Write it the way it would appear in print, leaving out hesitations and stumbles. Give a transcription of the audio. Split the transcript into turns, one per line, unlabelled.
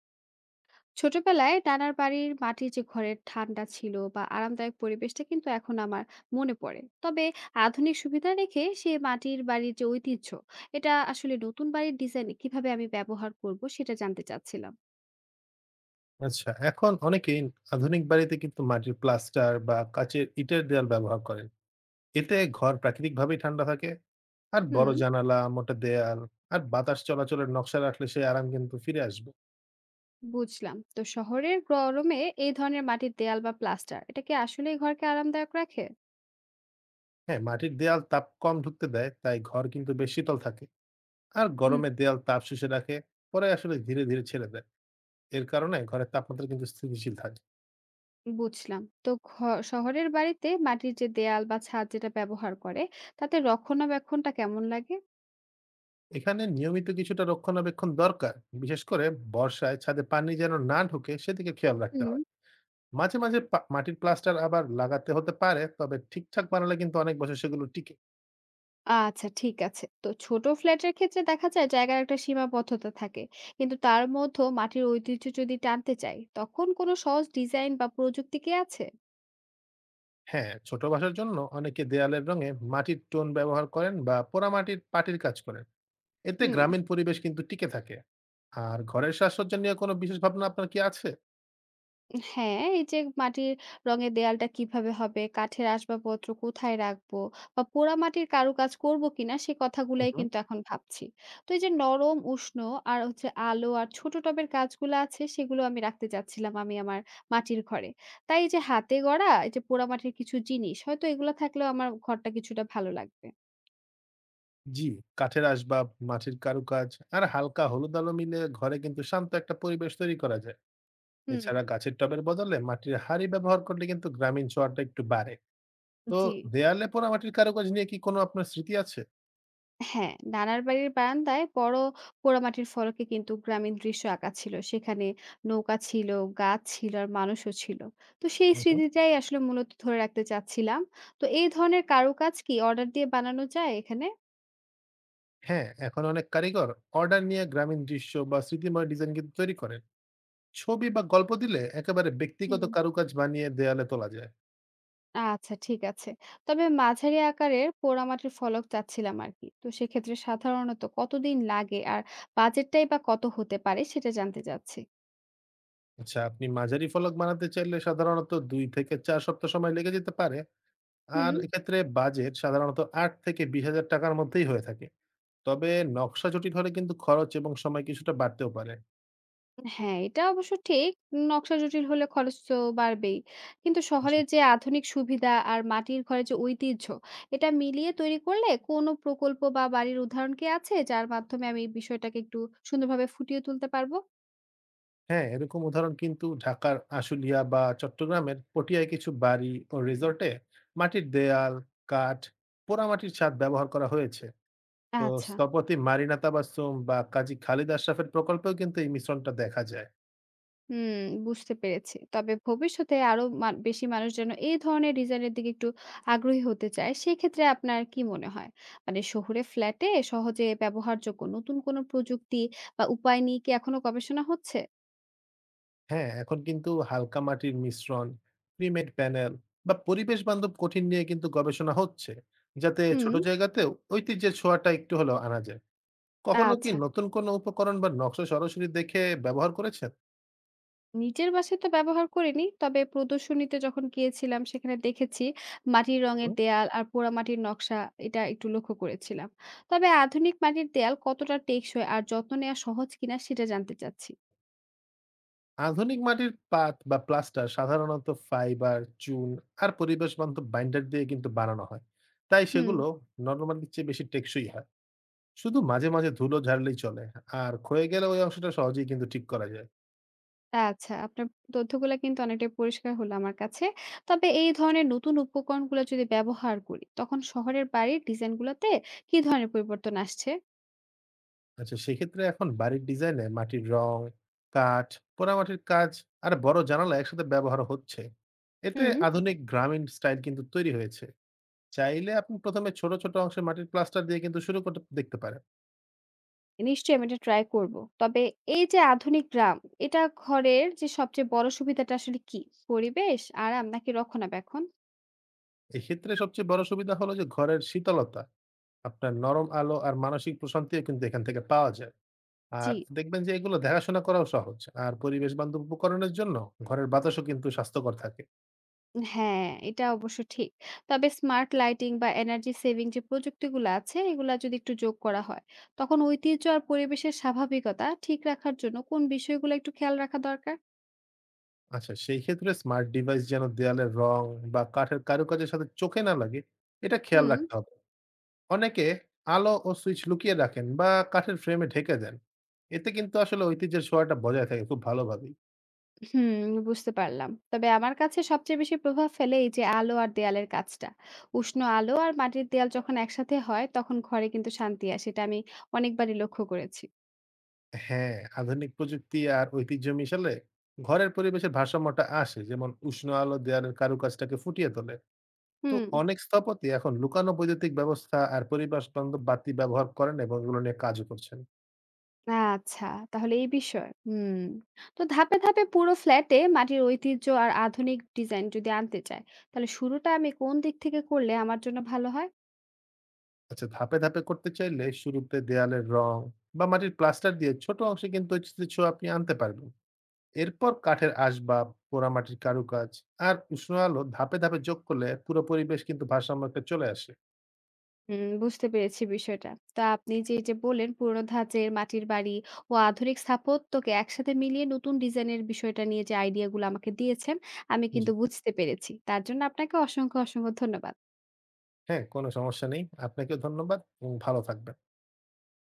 ছোটবেলায় নানার বাড়ির মাটির যে ঘরের ঠান্ডা ছিল বা আরামদায়ক পরিবেশটা কিন্তু এখন আমার মনে পড়ে তবে আধুনিক সুবিধা রেখে সে মাটির বাড়ির যে ঐতিহ্য এটা আসলে নতুন বাড়ির ডিজাইনে কিভাবে আমি ব্যবহার করব সেটা জানতে চাচ্ছিলাম।
আচ্ছা, এখন অনেকেই আধুনিক বাড়িতে কিন্তু মাটির প্লাস্টার বা কাঁচের ইটের দেয়াল ব্যবহার করেন। এতে ঘর প্রাকৃতিকভাবেই ঠান্ডা থাকে। আর
হুম।
বড় জানালা, মোটা দেয়াল আর বাতাস চলাচলের নকশা রাখলে সেই আরাম কিন্তু ফিরে আসবে।
বুঝলাম, তো শহরের গরমে এই ধরনের মাটির দেয়াল বা প্লাস্টার এটা কি আসলে ঘরকে আরামদায়ক রাখে?
হ্যাঁ, মাটির দেয়াল তাপ কম ঢুকতে দেয়, তাই ঘর কিন্তু বেশ শীতল থাকে। আর
হুম।
গরমে দেয়াল তাপ শুষে রাখে, পরে আসলে ধীরে, ধীরে ছেড়ে দেয়। এর কারণে ঘরের তাপমাত্রা কিন্তু স্থিতিশীল থাকে।
বুঝলাম, তো শহরের বাড়িতে মাটির যে দেয়াল বা ছাদ যেটা ব্যবহার করে তাতে রক্ষণাবেক্ষণটা কেমন লাগে?
এখানে নিয়মিত কিছুটা রক্ষণাবেক্ষণ দরকার। বিশেষ করে বর্ষায় ছাদে পানি যেন না ঢুকে সেদিকে খেয়াল রাখতে
হুম।
হবে। মাঝে, মাঝে পা মাটির প্লাস্টার আবার লাগাতে হতে পারে। তবে ঠিকঠাক বানালে কিন্তু অনেক বছর সেগুলো টিকে।
আচ্ছা, ঠিক আছে। তো ছোট ফ্ল্যাটের ক্ষেত্রে দেখা যায় জায়গার একটা সীমাবদ্ধতা থাকে। কিন্তু তার মধ্যেও মাটির ঐতিহ্য যদি টানতে চাই, তখন কোনো সহজ ডিজাইন বা প্রযুক্তি কি আছে?
হ্যাঁ, ছোট বাসার জন্য অনেকে দেয়ালের রঙে মাটির টোন ব্যবহার করেন বা পোড়ামাটির পাটির কাজ করেন। এতে
হুম।
গ্রামীণ পরিবেশ কিন্তু টিকে থাকে। আর ঘরের সাজসজ্জা নিয়ে কোনো বিশেষ ভাবনা আপনার কি আছে?
হ্যাঁ, এই যে মাটির রঙের দেয়ালটা কিভাবে হবে, কাঠের আসবাবপত্র কোথায় রাখবো বা পোড়ামাটির কারুকাজ করব কিনা সে
হুম,
কথাগুলাই
হুম।
কিন্তু এখন ভাবছি। তো এই যে নরম, উষ্ণ আর হচ্ছে আলো আর ছোট টবের গাছগুলো আছে সেগুলো আমি রাখতে চাচ্ছিলাম আমার মাটির ঘরে। তাই এই যে হাতে গড়া এই যে পোড়ামাটির কিছু জিনিস হয়তো এগুলো থাকলেও আমার ঘরটা কিছুটা ভালো লাগবে।
জি, কাঠের আসবাব, মাটির কারুকাজ আর হালকা হলুদ আলো মিলে ঘরে কিন্তু শান্ত একটা পরিবেশ তৈরি করা যায়।
হুম,
এছাড়া গাছের টবের বদলে মাটির হাঁড়ি ব্যবহার করলে কিন্তু গ্রামীণ ছোঁয়াটা একটু বাড়ে। তো
জি।
দেয়ালে পোড়ামাটির কারুকাজ নিয়ে কি কোনো আপনার স্মৃতি আছে?
হ্যাঁ, নানার বাড়ির বারান্দায় বড় পোড়ামাটির ফলকে কিন্তু গ্রামীণ দৃশ্য আঁকা ছিল। সেখানে নৌকা ছিল, গাছ ছিল আর মানুষও ছিল। তো সেই
হু, হু।
স্মৃতিটাই আসলে মূলত ধরে রাখতে চাচ্ছিলাম। তো এই ধরনের কারুকাজ কি অর্ডার দিয়ে বানানো যায় এখানে?
হ্যাঁ, এখন অনেক কারিগর অর্ডার নিয়ে গ্রামীণ দৃশ্য বা স্মৃতিময় ডিজাইন কিন্তু তৈরি করেন। ছবি বা গল্প দিলে একেবারে
হুম।
ব্যক্তিগত কারুকাজ বানিয়ে দেয়ালে তোলা যায়।
আচ্ছা, ঠিক আছে। তবে মাঝারি আকারের পোড়ামাটির ফলক চাচ্ছিলাম আরকি। তো সেক্ষেত্রে সাধারণত কতদিন লাগে আর বাজেটটাই বা কত হতে পারে সেটা জানতে চাচ্ছি?
আচ্ছা, আপনি মাঝারি ফলক বানাতে চাইলে সাধারণত ২ থেকে ৪ সপ্তাহ সময় লেগে যেতে পারে।
হুম।
আর এক্ষেত্রে বাজেট সাধারণত ৮ থেকে ২০,০০০ টাকার মধ্যেই হয়ে থাকে। তবে নকশা জটিল হলে কিন্তু খরচ এবং সময় কিছুটা বাড়তেও পারে।
হ্যাঁ, এটা অবশ্য ঠিক। নকশা জটিল হলে খরচ তো বাড়বেই। কিন্তু
জি।
শহরের যে আধুনিক সুবিধা আর মাটির ঘরের যে ঐতিহ্য, এটা মিলিয়ে তৈরি করলে কোনো প্রকল্প বা বাড়ির উদাহরণ কি আছে যার মাধ্যমে আমি এই বিষয়টাকে একটু সুন্দরভাবে ফুটিয়ে তুলতে পারবো?
হ্যাঁ, এরকম উদাহরণ কিন্তু ঢাকার আশুলিয়া বা চট্টগ্রামের পটিয়ায় কিছু বাড়ি ও রিসোর্টে মাটির দেয়াল, কাঠ, পোড়ামাটির ছাদ ব্যবহার করা হয়েছে। তো
আচ্ছা।
স্থপতি মারিনা তাবাসসুম বা কাজী খালিদ আশরাফের প্রকল্পেও কিন্তু এই মিশ্রণটা দেখা যায়।
হুম, বুঝতে পেরেছি। তবে ভবিষ্যতে আরো বেশি মানুষ যেন এই ধরনের ডিজাইনের দিকে একটু আগ্রহী হতে চায়, সেক্ষেত্রে আপনার কি মনে হয়? মানে শহুরে ফ্ল্যাটে সহজে ব্যবহারযোগ্য নতুন কোনো প্রযুক্তি বা উপায় নিয়ে কি এখনো গবেষণা হচ্ছে?
হ্যাঁ, এখন কিন্তু হালকা মাটির মিশ্রণ, প্রিমেড প্যানেল বা পরিবেশ বান্ধব কঠিন নিয়ে কিন্তু গবেষণা হচ্ছে, যাতে ছোট
হুম,
জায়গাতেও ঐতিহ্যের ছোঁয়াটা একটু হলেও আনা যায়। কখনো কি
আচ্ছা।
নতুন কোনো উপকরণ বা নকশা সরাসরি দেখে ব্যবহার করেছেন?
নিজের বাসায় তো ব্যবহার করিনি। তবে প্রদর্শনীতে যখন গিয়েছিলাম সেখানে দেখেছি মাটির রঙের
হুম।
দেয়াল আর পোড়ামাটির নকশা, এটা একটু লক্ষ্য করেছিলাম। তবে আধুনিক মাটির দেয়াল কতটা টেকসই আর যত্ন নেওয়া সহজ কিনা সেটা জানতে চাচ্ছি।
আধুনিক মাটির পাত বা প্লাস্টার সাধারণত ফাইবার, চুন আর পরিবেশবান্ধব বাইন্ডার দিয়ে কিন্তু বানানো হয়। তাই
হুম,
সেগুলো নরমালির চেয়ে বেশি টেকসই হয়। শুধু মাঝে, মাঝে ধুলো ঝাড়লেই চলে। আর ক্ষয়ে গেলে ওই অংশটা সহজেই কিন্তু ঠিক করা যায়।
আচ্ছা। আপনার তথ্যগুলা কিন্তু অনেকটাই পরিষ্কার হলো আমার কাছে। তবে এই ধরনের নতুন উপকরণগুলো যদি ব্যবহার করি তখন শহরের বাড়ির ডিজাইন গুলাতে কি ধরনের পরিবর্তন আসছে?
আচ্ছা সেক্ষেত্রে এখন বাড়ির ডিজাইনে মাটির রং, কাঠ, পোড়ামাটির কাজ আর বড় জানালা একসাথে ব্যবহার হচ্ছে। এতে
হুম।
আধুনিক গ্রামীণ স্টাইল কিন্তু তৈরি হয়েছে। চাইলে আপনি ১ম এ ছোট, ছোট অংশে মাটির প্লাস্টার দিয়ে কিন্তু শুরু করতে দেখতে পারেন।
নিশ্চয়ই আমি এটা ট্রাই করব। তবে এই যে আধুনিক গ্রাম, এটা ঘরের যে সবচেয়ে বড় সুবিধাটা আসলে কি? পরিবেশ, আরাম নাকি রক্ষণাবেক্ষণ?
এক্ষেত্রে সবচেয়ে বড় সুবিধা হলো যে ঘরের শীতলতা, আপনার নরম আলো আর মানসিক প্রশান্তিও কিন্তু এখান থেকে পাওয়া যায়।
জি।
আর দেখবেন যে এগুলো দেখাশোনা করাও সহজ। আর পরিবেশ বান্ধব উপকরণের জন্য ঘরের বাতাসও কিন্তু স্বাস্থ্যকর থাকে।
হ্যাঁ, এটা অবশ্য ঠিক। তবে স্মার্ট লাইটিং বা এনার্জি সেভিং যে প্রযুক্তিগুলো আছে, এগুলা যদি একটু যোগ করা হয়, তখন ঐতিহ্য আর পরিবেশের স্বাভাবিকতা ঠিক রাখার জন্য কোন বিষয়গুলো একটু খেয়াল রাখা দরকার?
আচ্ছা সেই ক্ষেত্রে স্মার্ট ডিভাইস যেন দেয়ালের রং বা কাঠের কারুকাজের সাথে চোখে না লাগে, এটা খেয়াল
হুম।
রাখতে হবে। অনেকে আলো ও সুইচ লুকিয়ে রাখেন বা কাঠের ফ্রেমে ঢেকে দেন। এতে কিন্তু আসলে ঐতিহ্যের ছোঁয়াটা বজায় থাকে খুব ভালোভাবেই।
হুম, বুঝতে পারলাম। তবে আমার কাছে সবচেয়ে বেশি প্রভাব ফেলে এই যে আলো আর দেয়ালের কাজটা। উষ্ণ আলো আর মাটির দেয়াল যখন একসাথে হয় তখন ঘরে কিন্তু শান্তি আসে। এটা আমি অনেকবারই লক্ষ্য করেছি।
হ্যাঁ, আধুনিক প্রযুক্তি আর ঐতিহ্য মিশালে ঘরের পরিবেশের ভারসাম্যটা আসে। যেমন উষ্ণ আলো দেয়ালের কারুকাজটাকে ফুটিয়ে তোলে। তো
হুম,
অনেক স্থপতি এখন লুকানো বৈদ্যুতিক ব্যবস্থা আর পরিবেশ বান্ধব বাতি ব্যবহার করেন এবং এগুলো নিয়ে কাজও করছেন।
আচ্ছা। তাহলে এই বিষয়। হুম। তো ধাপে, ধাপে পুরো ফ্ল্যাটে মাটির ঐতিহ্য আর আধুনিক ডিজাইন যদি আনতে চায়, তাহলে শুরুটা আমি কোন দিক থেকে করলে আমার জন্য ভালো হয়?
আচ্ছা ধাপে, ধাপে করতে চাইলে শুরুতে দেয়ালের রং বা মাটির প্লাস্টার দিয়ে ছোট অংশে কিন্তু ঐচিত্রের ছোঁয়া আপনি আনতে পারবেন। এরপর কাঠের আসবাব, পোড়ামাটির কারুকাজ আর উষ্ণ আলো ধাপে, ধাপে যোগ করলে পুরো পরিবেশ কিন্তু ভারসাম্যটা চলে আসে।
হুম, বুঝতে পেরেছি বিষয়টা। তা আপনি যে এই যে বললেন পুরোনো ধাঁচের মাটির বাড়ি ও আধুনিক স্থাপত্যকে একসাথে মিলিয়ে নতুন ডিজাইনের বিষয়টা নিয়ে যে আইডিয়াগুলো আমাকে দিয়েছেন, আমি
জি।
কিন্তু বুঝতে পেরেছি। তার জন্য আপনাকে অসংখ্য, অসংখ্য ধন্যবাদ।
হ্যাঁ, কোনো সমস্যা নেই। আপনাকেও ধন্যবাদ এবং ভালো থাকবেন।